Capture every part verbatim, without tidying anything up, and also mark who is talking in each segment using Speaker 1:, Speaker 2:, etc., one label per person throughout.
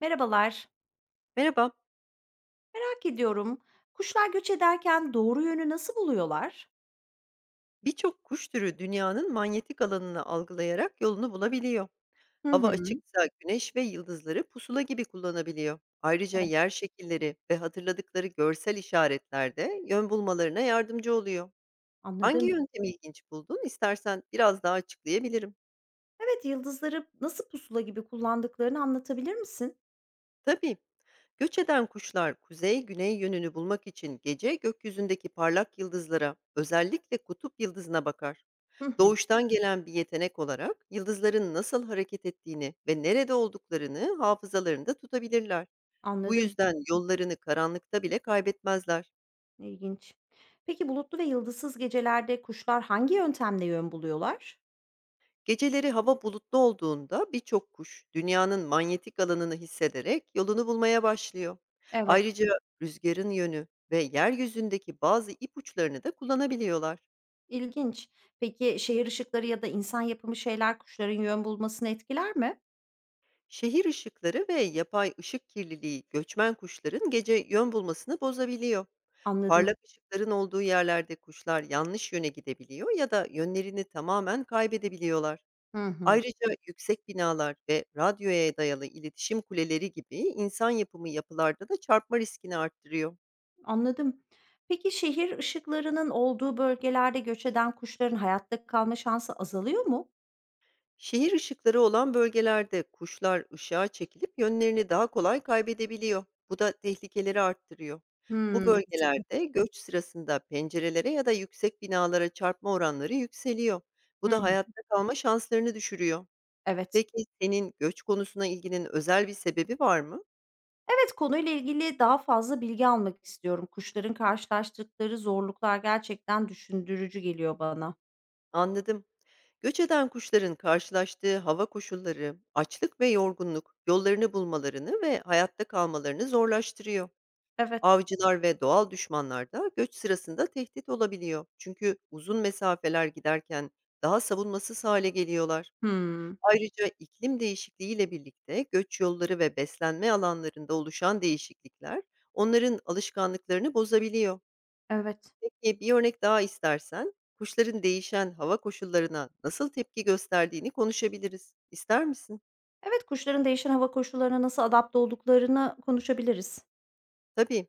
Speaker 1: Merhabalar.
Speaker 2: Merhaba.
Speaker 1: Merak ediyorum. Kuşlar göç ederken doğru yönü nasıl buluyorlar?
Speaker 2: Birçok kuş türü dünyanın manyetik alanını algılayarak yolunu bulabiliyor.
Speaker 1: Hı
Speaker 2: Hava
Speaker 1: hı.
Speaker 2: açıksa güneş ve yıldızları pusula gibi kullanabiliyor. Ayrıca
Speaker 1: Evet.
Speaker 2: yer şekilleri ve hatırladıkları görsel işaretler de yön bulmalarına yardımcı oluyor. Hangi
Speaker 1: Anladım.
Speaker 2: yöntemi ilginç buldun? İstersen biraz daha açıklayabilirim.
Speaker 1: Evet, yıldızları nasıl pusula gibi kullandıklarını anlatabilir misin?
Speaker 2: Tabii. Göç eden kuşlar kuzey-güney yönünü bulmak için gece gökyüzündeki parlak yıldızlara, özellikle kutup yıldızına bakar.
Speaker 1: Hı hı.
Speaker 2: Doğuştan gelen bir yetenek olarak yıldızların nasıl hareket ettiğini ve nerede olduklarını hafızalarında tutabilirler. Bu
Speaker 1: Anladım.
Speaker 2: yüzden yollarını karanlıkta bile kaybetmezler.
Speaker 1: İlginç. Peki bulutlu ve yıldızsız gecelerde kuşlar hangi yöntemle yön buluyorlar?
Speaker 2: Geceleri hava bulutlu olduğunda birçok kuş dünyanın manyetik alanını hissederek yolunu bulmaya başlıyor.
Speaker 1: Evet.
Speaker 2: Ayrıca rüzgarın yönü ve yeryüzündeki bazı ipuçlarını da kullanabiliyorlar.
Speaker 1: ilginç. Peki şehir ışıkları ya da insan yapımı şeyler kuşların yön bulmasını etkiler mi?
Speaker 2: Şehir ışıkları ve yapay ışık kirliliği göçmen kuşların gece yön bulmasını bozabiliyor.
Speaker 1: Anladım.
Speaker 2: Parlak ışıkların olduğu yerlerde kuşlar yanlış yöne gidebiliyor ya da yönlerini tamamen kaybedebiliyorlar.
Speaker 1: Hı hı.
Speaker 2: Ayrıca yüksek binalar ve radyoya dayalı iletişim kuleleri gibi insan yapımı yapılarda da çarpma riskini arttırıyor.
Speaker 1: Anladım. Peki şehir ışıklarının olduğu bölgelerde göç eden kuşların hayatta kalma şansı azalıyor mu?
Speaker 2: Şehir ışıkları olan bölgelerde kuşlar ışığa çekilip yönlerini daha kolay kaybedebiliyor. Bu da tehlikeleri arttırıyor. Bu
Speaker 1: Hımm.
Speaker 2: bölgelerde göç sırasında pencerelere ya da yüksek binalara çarpma oranları yükseliyor. Bu
Speaker 1: Hı
Speaker 2: da
Speaker 1: hı.
Speaker 2: hayatta kalma şanslarını düşürüyor.
Speaker 1: Evet.
Speaker 2: Peki, senin göç konusuna ilginin özel bir sebebi var mı?
Speaker 1: Evet, konuyla ilgili daha fazla bilgi almak istiyorum. Kuşların karşılaştıkları zorluklar gerçekten düşündürücü geliyor bana.
Speaker 2: Anladım. Göç eden kuşların karşılaştığı hava koşulları, açlık ve yorgunluk yollarını bulmalarını ve hayatta kalmalarını zorlaştırıyor.
Speaker 1: Evet.
Speaker 2: Avcılar ve doğal düşmanlar da göç sırasında tehdit olabiliyor. Çünkü uzun mesafeler giderken daha savunmasız hale geliyorlar.
Speaker 1: Hımm.
Speaker 2: Ayrıca iklim değişikliğiyle birlikte göç yolları ve beslenme alanlarında oluşan değişiklikler onların alışkanlıklarını bozabiliyor.
Speaker 1: Evet.
Speaker 2: Peki, bir örnek daha istersen, kuşların değişen hava koşullarına nasıl tepki gösterdiğini konuşabiliriz. İster misin?
Speaker 1: Evet, kuşların değişen hava koşullarına nasıl adapte olduklarını konuşabiliriz.
Speaker 2: Tabii.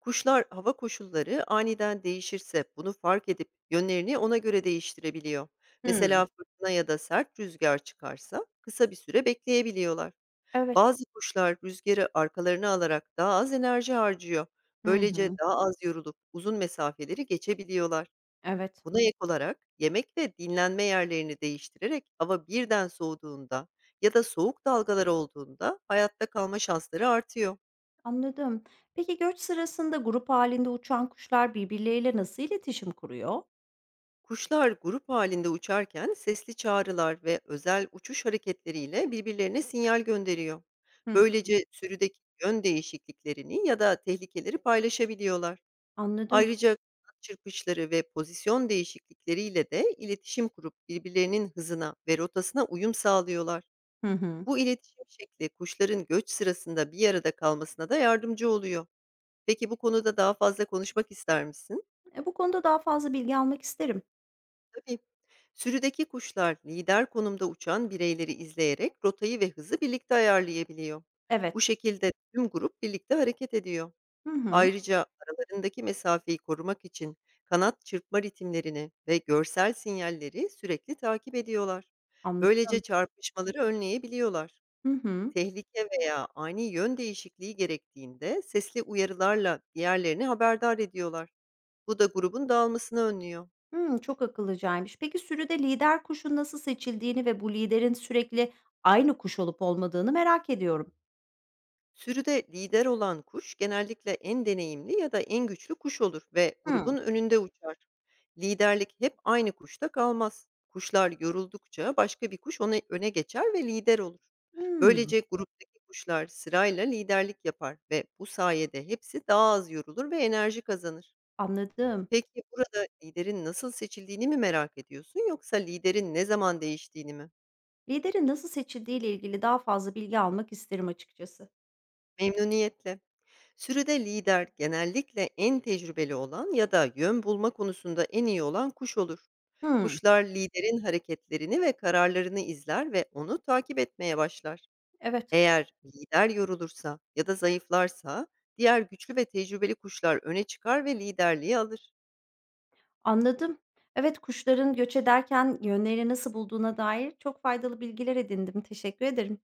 Speaker 2: Kuşlar hava koşulları aniden değişirse bunu fark edip yönlerini ona göre değiştirebiliyor.
Speaker 1: Hımm.
Speaker 2: Mesela fırtına ya da sert rüzgar çıkarsa kısa bir süre bekleyebiliyorlar.
Speaker 1: Evet.
Speaker 2: Bazı kuşlar rüzgarı arkalarına alarak daha az enerji harcıyor.
Speaker 1: Hı
Speaker 2: Böylece
Speaker 1: hı.
Speaker 2: daha az yorulup uzun mesafeleri geçebiliyorlar.
Speaker 1: Evet.
Speaker 2: Buna ek olarak yemek ve dinlenme yerlerini değiştirerek hava birden soğuduğunda ya da soğuk dalgalar olduğunda hayatta kalma şansları artıyor.
Speaker 1: Anladım. Peki göç sırasında grup halinde uçan kuşlar birbirleriyle nasıl iletişim kuruyor?
Speaker 2: Kuşlar grup halinde uçarken sesli çağrılar ve özel uçuş hareketleriyle birbirlerine sinyal gönderiyor.
Speaker 1: Hı.
Speaker 2: Böylece sürüdeki yön değişikliklerini ya da tehlikeleri paylaşabiliyorlar.
Speaker 1: Anladım.
Speaker 2: Ayrıca kanat çırpışları ve pozisyon değişiklikleriyle de iletişim kurup birbirlerinin hızına ve rotasına uyum sağlıyorlar.
Speaker 1: Hı hı.
Speaker 2: Bu iletişim şekli kuşların göç sırasında bir arada kalmasına da yardımcı oluyor. Peki bu konuda daha fazla konuşmak ister misin?
Speaker 1: E, bu konuda daha fazla bilgi almak isterim.
Speaker 2: Tabii. Sürüdeki kuşlar lider konumda uçan bireyleri izleyerek rotayı ve hızı birlikte ayarlayabiliyor. Bu
Speaker 1: Evet.
Speaker 2: şekilde tüm grup birlikte hareket ediyor.
Speaker 1: Hı hı.
Speaker 2: Ayrıca aralarındaki mesafeyi korumak için kanat çırpma ritimlerini ve görsel sinyalleri sürekli takip ediyorlar. Böylece
Speaker 1: Anladım.
Speaker 2: çarpışmaları önleyebiliyorlar.
Speaker 1: Hı hı.
Speaker 2: Tehlike veya ani yön değişikliği gerektiğinde sesli uyarılarla diğerlerini haberdar ediyorlar. Bu da grubun dağılmasını önlüyor.
Speaker 1: Hımm, çok akıllıcaymış. Peki sürüde lider kuşun nasıl seçildiğini ve bu liderin sürekli aynı kuş olup olmadığını merak ediyorum.
Speaker 2: Sürüde lider olan kuş genellikle en deneyimli ya da en güçlü kuş olur ve grubun
Speaker 1: Hımm.
Speaker 2: önünde uçar. Liderlik hep aynı kuşta kalmaz. Kuşlar yoruldukça başka bir kuş ona öne geçer ve lider olur.
Speaker 1: Hımm.
Speaker 2: Böylece gruptaki kuşlar sırayla liderlik yapar ve bu sayede hepsi daha az yorulur ve enerji kazanır.
Speaker 1: Anladım.
Speaker 2: Peki, burada liderin nasıl seçildiğini mi merak ediyorsun yoksa liderin ne zaman değiştiğini mi?
Speaker 1: Liderin nasıl seçildiği ile ilgili daha fazla bilgi almak isterim açıkçası.
Speaker 2: Memnuniyetle. Sürüde lider genellikle en tecrübeli olan ya da yön bulma konusunda en iyi olan kuş olur.
Speaker 1: Hımm.
Speaker 2: Kuşlar liderin hareketlerini ve kararlarını izler ve onu takip etmeye başlar.
Speaker 1: Evet.
Speaker 2: Eğer lider yorulursa ya da zayıflarsa diğer güçlü ve tecrübeli kuşlar öne çıkar ve liderliği alır.
Speaker 1: Anladım. Evet, kuşların göç ederken yönlerini nasıl bulduğuna dair çok faydalı bilgiler edindim. Teşekkür ederim.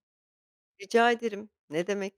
Speaker 2: Rica ederim. Ne demek?